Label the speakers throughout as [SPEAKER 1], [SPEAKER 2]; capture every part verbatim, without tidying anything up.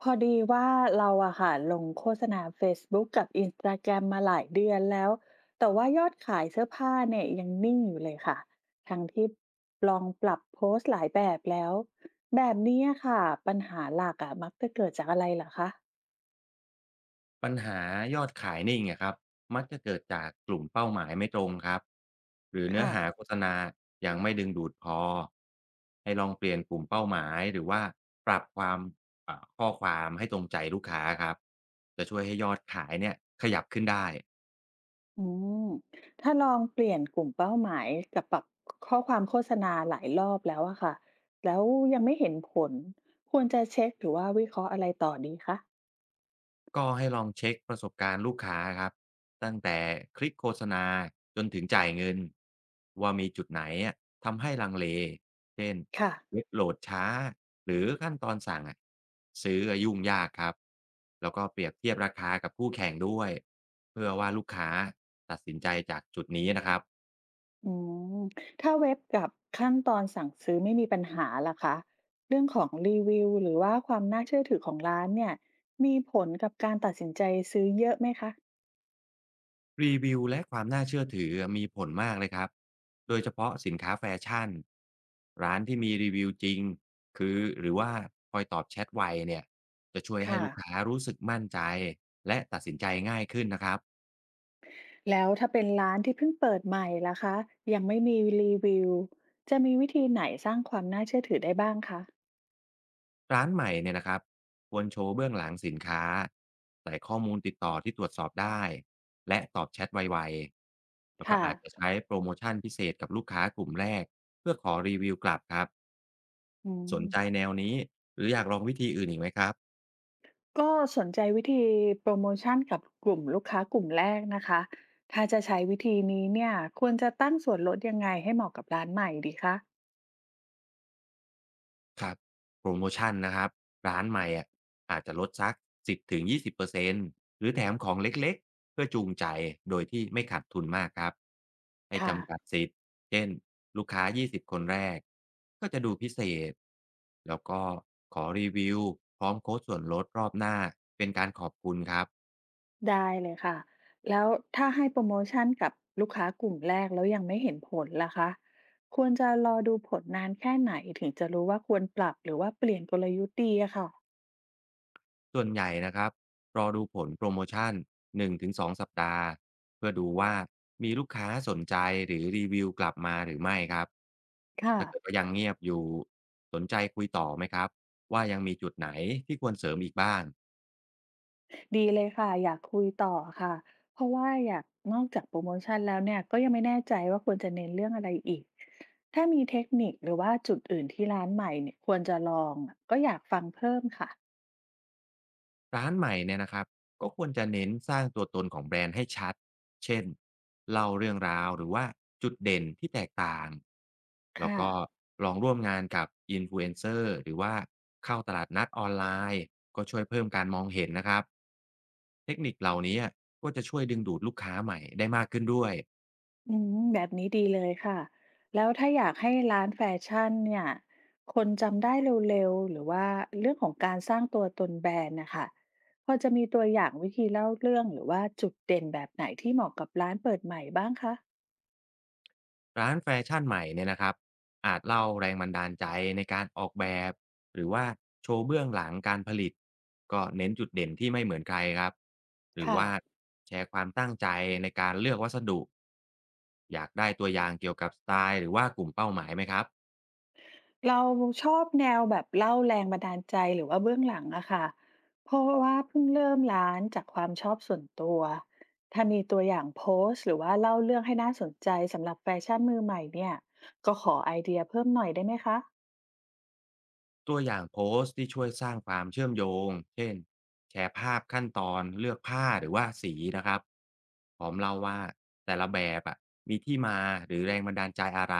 [SPEAKER 1] พอดีว่าเราอะค่ะลงโฆษณาเฟซบุ๊กกับ อินสตาแกรม มาหลายเดือนแล้วแต่ว่ายอดขายเสื้อผ้าเนี่ยยังนิ่งอยู่เลยค่ะทั้งที่ลองปรับโพสต์หลายแบบแล้วแบบนี้อะค่ะปัญหาหลักอะมักจะเกิดจากอะไรเหรอคะ
[SPEAKER 2] ปัญหายอดขายนิ่งอะครับมักจะเกิดจากกลุ่มเป้าหมายไม่ตรงครับหรือเนื้อ
[SPEAKER 1] ค่ะ
[SPEAKER 2] หาโฆษณายังไม่ดึงดูดพอให้ลองเปลี่ยนกลุ่มเป้าหมายหรือว่าปรับความอ่าข้อความให้ตรงใจลูกค้าครับจะช่วยให้ยอดขายเนี่ยขยับขึ้นได้
[SPEAKER 1] อืมถ้าลองเปลี่ยนกลุ่มเป้าหมายกับปรับข้อความโฆษณาหลายรอบแล้วอะค่ะแล้วยังไม่เห็นผลควรจะเช็คหรือว่าวิเคราะห์อะไรต่อดีคะ
[SPEAKER 2] ก็ให้ลองเช็คประสบการณ์ลูกค้าครับตั้งแต่คลิกโฆษณาจนถึงจ่ายเงินว่ามีจุดไหนอะทำให้ลังเลเช่น
[SPEAKER 1] ค่ะ
[SPEAKER 2] เว็บโหลดช้าหรือขั้นตอนสั่งอะซื้ออะยุ่งยากครับแล้วก็เปรียบเทียบราคากับคู่แข่งด้วยเพื่อว่าลูกค้าตัดสินใจจากจุดนี้นะครับ
[SPEAKER 1] อืมถ้าเว็บกับขั้นตอนสั่งซื้อไม่มีปัญหาล่ะคะเรื่องของรีวิวหรือว่าความน่าเชื่อถือของร้านเนี่ยมีผลกับการตัดสินใจซื้อเยอะไหมคะ
[SPEAKER 2] รีวิวและความน่าเชื่อถือมีผลมากเลยครับ โดยเฉพาะสินค้าแฟชั่นร้านที่มีรีวิวจริงคือหรือว่าคอยตอบแชทไวเนี่ยจะช่วยให้
[SPEAKER 1] ค่ะ
[SPEAKER 2] ลูกค้ารู้สึกมั่นใจและตัดสินใจง่ายขึ้นนะครับ
[SPEAKER 1] แล้วถ้าเป็นร้านที่เพิ่งเปิดใหม่ล่ะคะยังไม่มีรีวิวจะมีวิธีไหนสร้างความน่าเชื่อถือได้บ้างคะ
[SPEAKER 2] ร้านใหม่เนี่ยนะครับควรโชว์เบื้องหลังสินค้าใส่ข้อมูลติดต่อที่ตรวจสอบได้และตอบแชทไวๆแล้วก็
[SPEAKER 1] ค่ะ
[SPEAKER 2] อาจจะใช้โปรโมชั่นพิเศษกับลูกค้ากลุ่มแรกเพื่อขอรีวิวกลับครับ
[SPEAKER 1] อื
[SPEAKER 2] สนใจ
[SPEAKER 1] ม
[SPEAKER 2] แนวนี้หรืออยากลองวิธีอื่นอีกไหมครับ
[SPEAKER 1] ก็สนใจวิธีโปรโมชันกับกลุ่มลูกค้ากลุ่มแรกนะคะถ้าจะใช้วิธีนี้เนี่ยควรจะตั้งส่วนลดยังไงให้เหมาะกับร้านใหม่ดีคะ
[SPEAKER 2] ครับโปรโมชันนะครับร้านใหม่อะอาจจะลดสักสิบ-ยี่สิบเปอร์เซ็นต์หรือแถมของเล็กๆเพื่อจูงใจโดยที่ไม่ขาดทุนมากครับให้
[SPEAKER 1] ค่ะ
[SPEAKER 2] จำกัดสิทธิ์เช่นลูกค้ายี่สิบคนแรกก็จะดูพิเศษแล้วก็ขอรีวิวพร้อมโค้ดส่วนลดรอบหน้าเป็นการขอบคุณครับ
[SPEAKER 1] ได้เลยค่ะแล้วถ้าให้โปรโมชันกับลูกค้ากลุ่มแรกแล้วยังไม่เห็นผลล่ะคะควรจะรอดูผลนานแค่ไหนถึงจะรู้ว่าควรปรับหรือว่าเปลี่ยนกลยุทธ์ดีอะค่ะ
[SPEAKER 2] ส่วนใหญ่นะครับรอดูผลโปรโมชั่นหนึ่งถึงสองสองสัปดาห์เพื่อดูว่ามีลูกค้าสนใจหรือรีวิวกลับมาหรือไม่ครับถ้าเกิด
[SPEAKER 1] ค่ะ
[SPEAKER 2] ว่ายังเงียบอยู่สนใจคุยต่อไหมครับว่ายังมีจุดไหนที่ควรเสริมอีกบ้าง
[SPEAKER 1] ดีเลยค่ะอยากคุยต่อค่ะเพราะว่าอยากนอกจากโปรโมชันแล้วเนี่ยก็ยังไม่แน่ใจว่าควรจะเน้นเรื่องอะไรอีกถ้ามีเทคนิคหรือว่าจุดอื่นที่ร้านใหม่เนี่ยควรจะลองอะก็อยากฟังเพิ่มค่ะ
[SPEAKER 2] ร้านใหม่เนี่ยนะครับก็ควรจะเน้นสร้างตัวตนของแบรนด์ให้ชัดเช่นเล่าเรื่องราวหรือว่าจุดเด่นที่แตกต่างแล้ว
[SPEAKER 1] ค่ะ
[SPEAKER 2] ก็ลองร่วมงานกับอินฟลูเอนเซอร์หรือว่าเข้าตลาดนัดออนไลน์ก็ช่วยเพิ่มการมองเห็นนะครับเทคนิคเหล่านี้ก็จะช่วยดึงดูดลูกค้าใหม่ได้มากขึ้นด้วย
[SPEAKER 1] อืมแบบนี้ดีเลยค่ะ แล้วถ้าอยากให้ร้านแฟชั่นเนี่ยคนจำได้เร็วๆหรือว่าเรื่องของการสร้างตัวตนแบรนด์นะคะพอจะมีตัวอย่างวิธีเล่าเรื่องหรือว่าจุดเด่นแบบไหนที่เหมาะกับร้านเปิดใหม่บ้างคะ
[SPEAKER 2] ร้านแฟชั่นใหม่เนี่ยนะครับอาจเล่าแรงบันดาลใจในการออกแบบหรือว่าโชว์เบื้องหลังการผลิตก็เน้นจุดเด่นที่ไม่เหมือนใครครับหรือ
[SPEAKER 1] ค่ะ
[SPEAKER 2] ว่าแชร์ความตั้งใจในการเลือกวัสดุอยากได้ตัวอย่างเกี่ยวกับสไตล์หรือว่ากลุ่มเป้าหมายไหมครับ
[SPEAKER 1] เราชอบแนวแบบเล่าแรงบันดาลใจหรือว่าเบื้องหลังอะค่ะเพราะว่าเพิ่งเริ่มร้านจากความชอบส่วนตัว ถ้ามีตัวอย่างโพสต์หรือว่าเล่าเรื่องให้น่าสนใจสำหรับแฟชั่นมือใหม่เนี่ยก็ขอไอเดียเพิ่มหน่อยได้ไหมคะ
[SPEAKER 2] ตัวอย่างโพสต์ที่ช่วยสร้างความเชื่อมโยง เช่นแชร์ภาพขั้นตอนเลือกผ้าหรือว่าสีนะครับพร้อมเล่าว่าแต่ละแบบอะมีที่มาหรือแรงบันดาลใจอะไร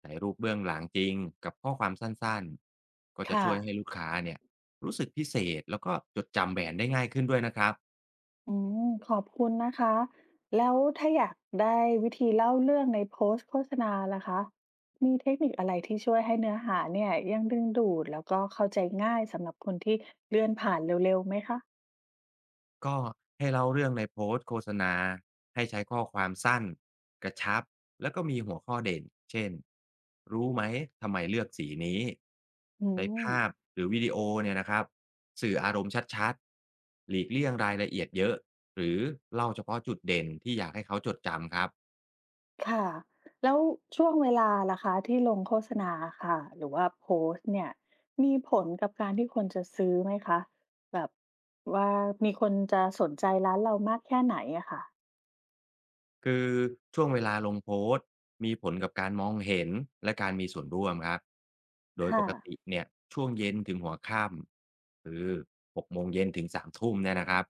[SPEAKER 2] ใส่รูปเบื้องหลังจริงกับข้อความสั้นๆก็จะ
[SPEAKER 1] ค่ะ
[SPEAKER 2] ช่วยให้ลูกค้าเนี่ยรู้สึกพิเศษแล้วก็จดจำแบรนด์ได้ง่ายขึ้นด้วยนะครับ
[SPEAKER 1] อืมขอบคุณนะคะแล้วถ้าอยากได้วิธีเล่าเรื่องในโพสต์โฆษณาล่ะคะมีเทคนิคอะไรที่ช่วยให้เนื้อหาเนี่ยยังดึงดูดแล้วก็เข้าใจง่ายสำหรับคนที่เลื่อนผ่านเร็วๆไหมคะ
[SPEAKER 2] ก็ให้เล่าเรื่องในโพสต์โฆษณาให้ใช้ข้อความสั้นกระชับแล้วก็มีหัวข้อเด่นเช่นรู้ไหมทำไมเลือกสีนี้
[SPEAKER 1] อื
[SPEAKER 2] ใช้
[SPEAKER 1] ม
[SPEAKER 2] ภาพหรือวิดีโอเนี่ยนะครับสื่ออารมณ์ชัดๆหลีกเลี่ยงรายละเอียดเยอะหรือเล่าเฉพาะจุดเด่นที่อยากให้เขาจดจำครับ
[SPEAKER 1] ค่ะแล้วช่วงเวลาล่ะคะที่ลงโฆษณาค่ะหรือว่าโพสต์เนี่ยมีผลกับการที่คนจะซื้อไหมคะแบบว่ามีคนจะสนใจร้านเรามากแค่ไหนอะค่ะ
[SPEAKER 2] คือช่วงเวลาลงโพสต์มีผลกับการมองเห็นและการมีส่วนร่วมครับโดยป
[SPEAKER 1] ค่ะ
[SPEAKER 2] กติเนี่ยช่วงเย็นถึงหัวค่ำคือหกโมงเย็นถึงสามทุ่มเนี่ยนะครับ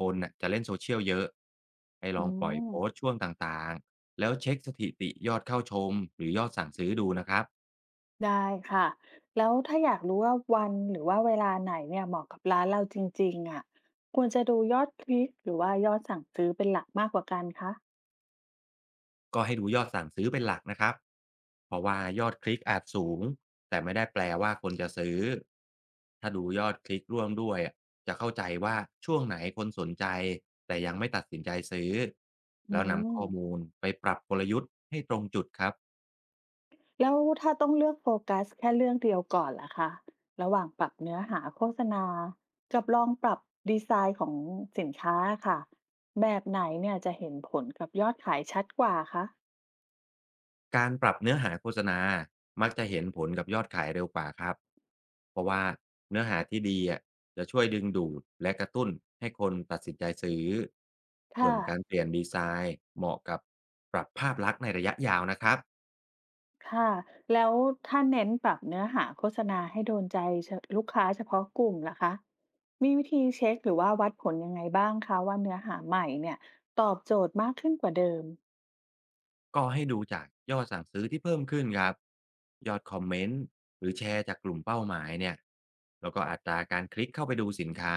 [SPEAKER 2] คนน่ะจะเล่นโซเชียลเยอะให้ล
[SPEAKER 1] อื
[SPEAKER 2] องปล่อยโพสต์
[SPEAKER 1] ม
[SPEAKER 2] ช่วงต่างๆแล้วเช็คสถิติยอดเข้าชมหรือยอดสั่งซื้อดูนะครับ
[SPEAKER 1] ได้ค่ะแล้วถ้าอยากรู้ว่าวันหรือว่าเวลาไหนเนี่ยเหมาะกับร้านเราจริงๆอะควรจะดูยอดคลิกหรือว่ายอดสั่งซื้อเป็นหลักมากกว่ากันคะ
[SPEAKER 2] ก็ให้ดูยอดสั่งซื้อเป็นหลักนะครับเพราะว่ายอดคลิกอาจสูงแต่ไม่ได้แปลว่าคนจะซื้อ ถ้าดูยอดคลิกร่วมด้วยอะจะเข้าใจว่าช่วงไหนคนสนใจแต่ยังไม่ตัดสินใจซื้อ
[SPEAKER 1] อื
[SPEAKER 2] แล้วนำ
[SPEAKER 1] ม
[SPEAKER 2] ข้อมูลไปปรับกลยุทธ์ให้ตรงจุดครับ
[SPEAKER 1] แล้วถ้าต้องเลือกโฟกัสแค่เรื่องเดียวก่อนล่ะคะระหว่างปรับเนื้อหาโฆษณา กับลองปรับดีไซน์ของสินค้าค่ะแบบไหนเนี่ยจะเห็นผลกับยอดขายชัดกว่าคะ
[SPEAKER 2] การปรับเนื้อหาโฆษณามักจะเห็นผลกับยอดขายเร็วกว่าครับเพราะว่าเนื้อหาที่ดีอะจะช่วยดึงดูดและกระตุ้นให้คนตัดสินใจซื้อส่ว
[SPEAKER 1] ค่ะ
[SPEAKER 2] นการเปลี่ยนดีไซน์เหมาะกับปรับภาพลักษณ์ในระยะยาวนะครับ
[SPEAKER 1] ค่ะแล้วถ้าเน้นปรับเนื้อหาโฆษณาให้โดนใจเฉลูกค้าเฉพาะกลุ่มล่ะคะมีวิธีเช็คหรือว่าวัดผลยังไงบ้างคะว่าเนื้อหาใหม่เนี่ยตอบโจทย์มากขึ้นกว่าเดิม
[SPEAKER 2] ก็ให้ดูจากยอดสั่งซื้อที่เพิ่มขึ้นครับยอดคอมเมนต์หรือแชร์จากกลุ่มเป้าหมายเนี่ยแล้วก็อัตราการคลิกเข้าไปดูสินค้า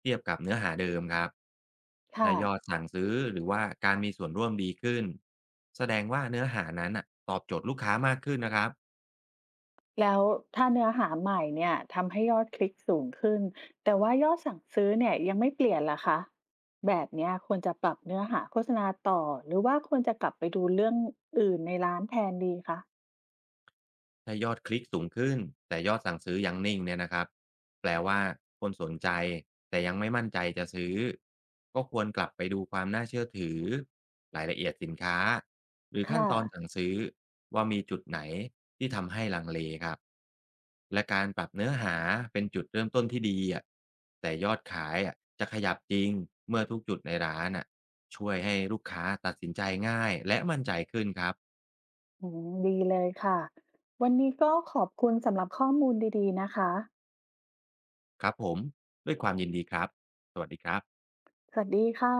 [SPEAKER 2] เทียบกับเนื้อหาเดิมครับ
[SPEAKER 1] ค่ะ
[SPEAKER 2] ถ้ายอดสั่งซื้อหรือว่าการมีส่วนร่วมดีขึ้นแสดงว่าเนื้อหานั้นน่ะตอบโจทย์ลูกค้ามากขึ้นนะครับ
[SPEAKER 1] แล้วถ้าเนื้อหาใหม่เนี่ยทำให้ยอดคลิกสูงขึ้นแต่ว่ายอดสั่งซื้อเนี่ยยังไม่เปลี่ยนล่ะคะแบบเนี้ยควรจะปรับเนื้อหาโฆษณาต่อหรือว่าควรจะกลับไปดูเรื่องอื่นในร้านแทนดีคะ
[SPEAKER 2] ถ้ายอดคลิกสูงขึ้นแต่ยอดสั่งซื้อยังนิ่งเนี่ยนะครับแปลว่าคนสนใจแต่ยังไม่มั่นใจจะซื้อก็ควรกลับไปดูความน่าเชื่อถือรายละเอียดสินค้าหรือขั้น
[SPEAKER 1] ค่ะ
[SPEAKER 2] ตอนสั่งซื้อว่ามีจุดไหนที่ทำให้ลังเลครับและการปรับเนื้อหาเป็นจุดเริ่มต้นที่ดีอะแต่ยอดขายอะจะขยับจริงเมื่อทุกจุดในร้านอะช่วยให้ลูกค้าตัดสินใจง่ายและมั่นใจขึ้นครับ
[SPEAKER 1] อืมดีเลยค่ะวันนี้ก็ขอบคุณสำหรับข้อมูลดีๆนะคะ
[SPEAKER 2] ครับผมด้วยความยินดีครับสวัสดีครับ
[SPEAKER 1] สวัสดีค่ะ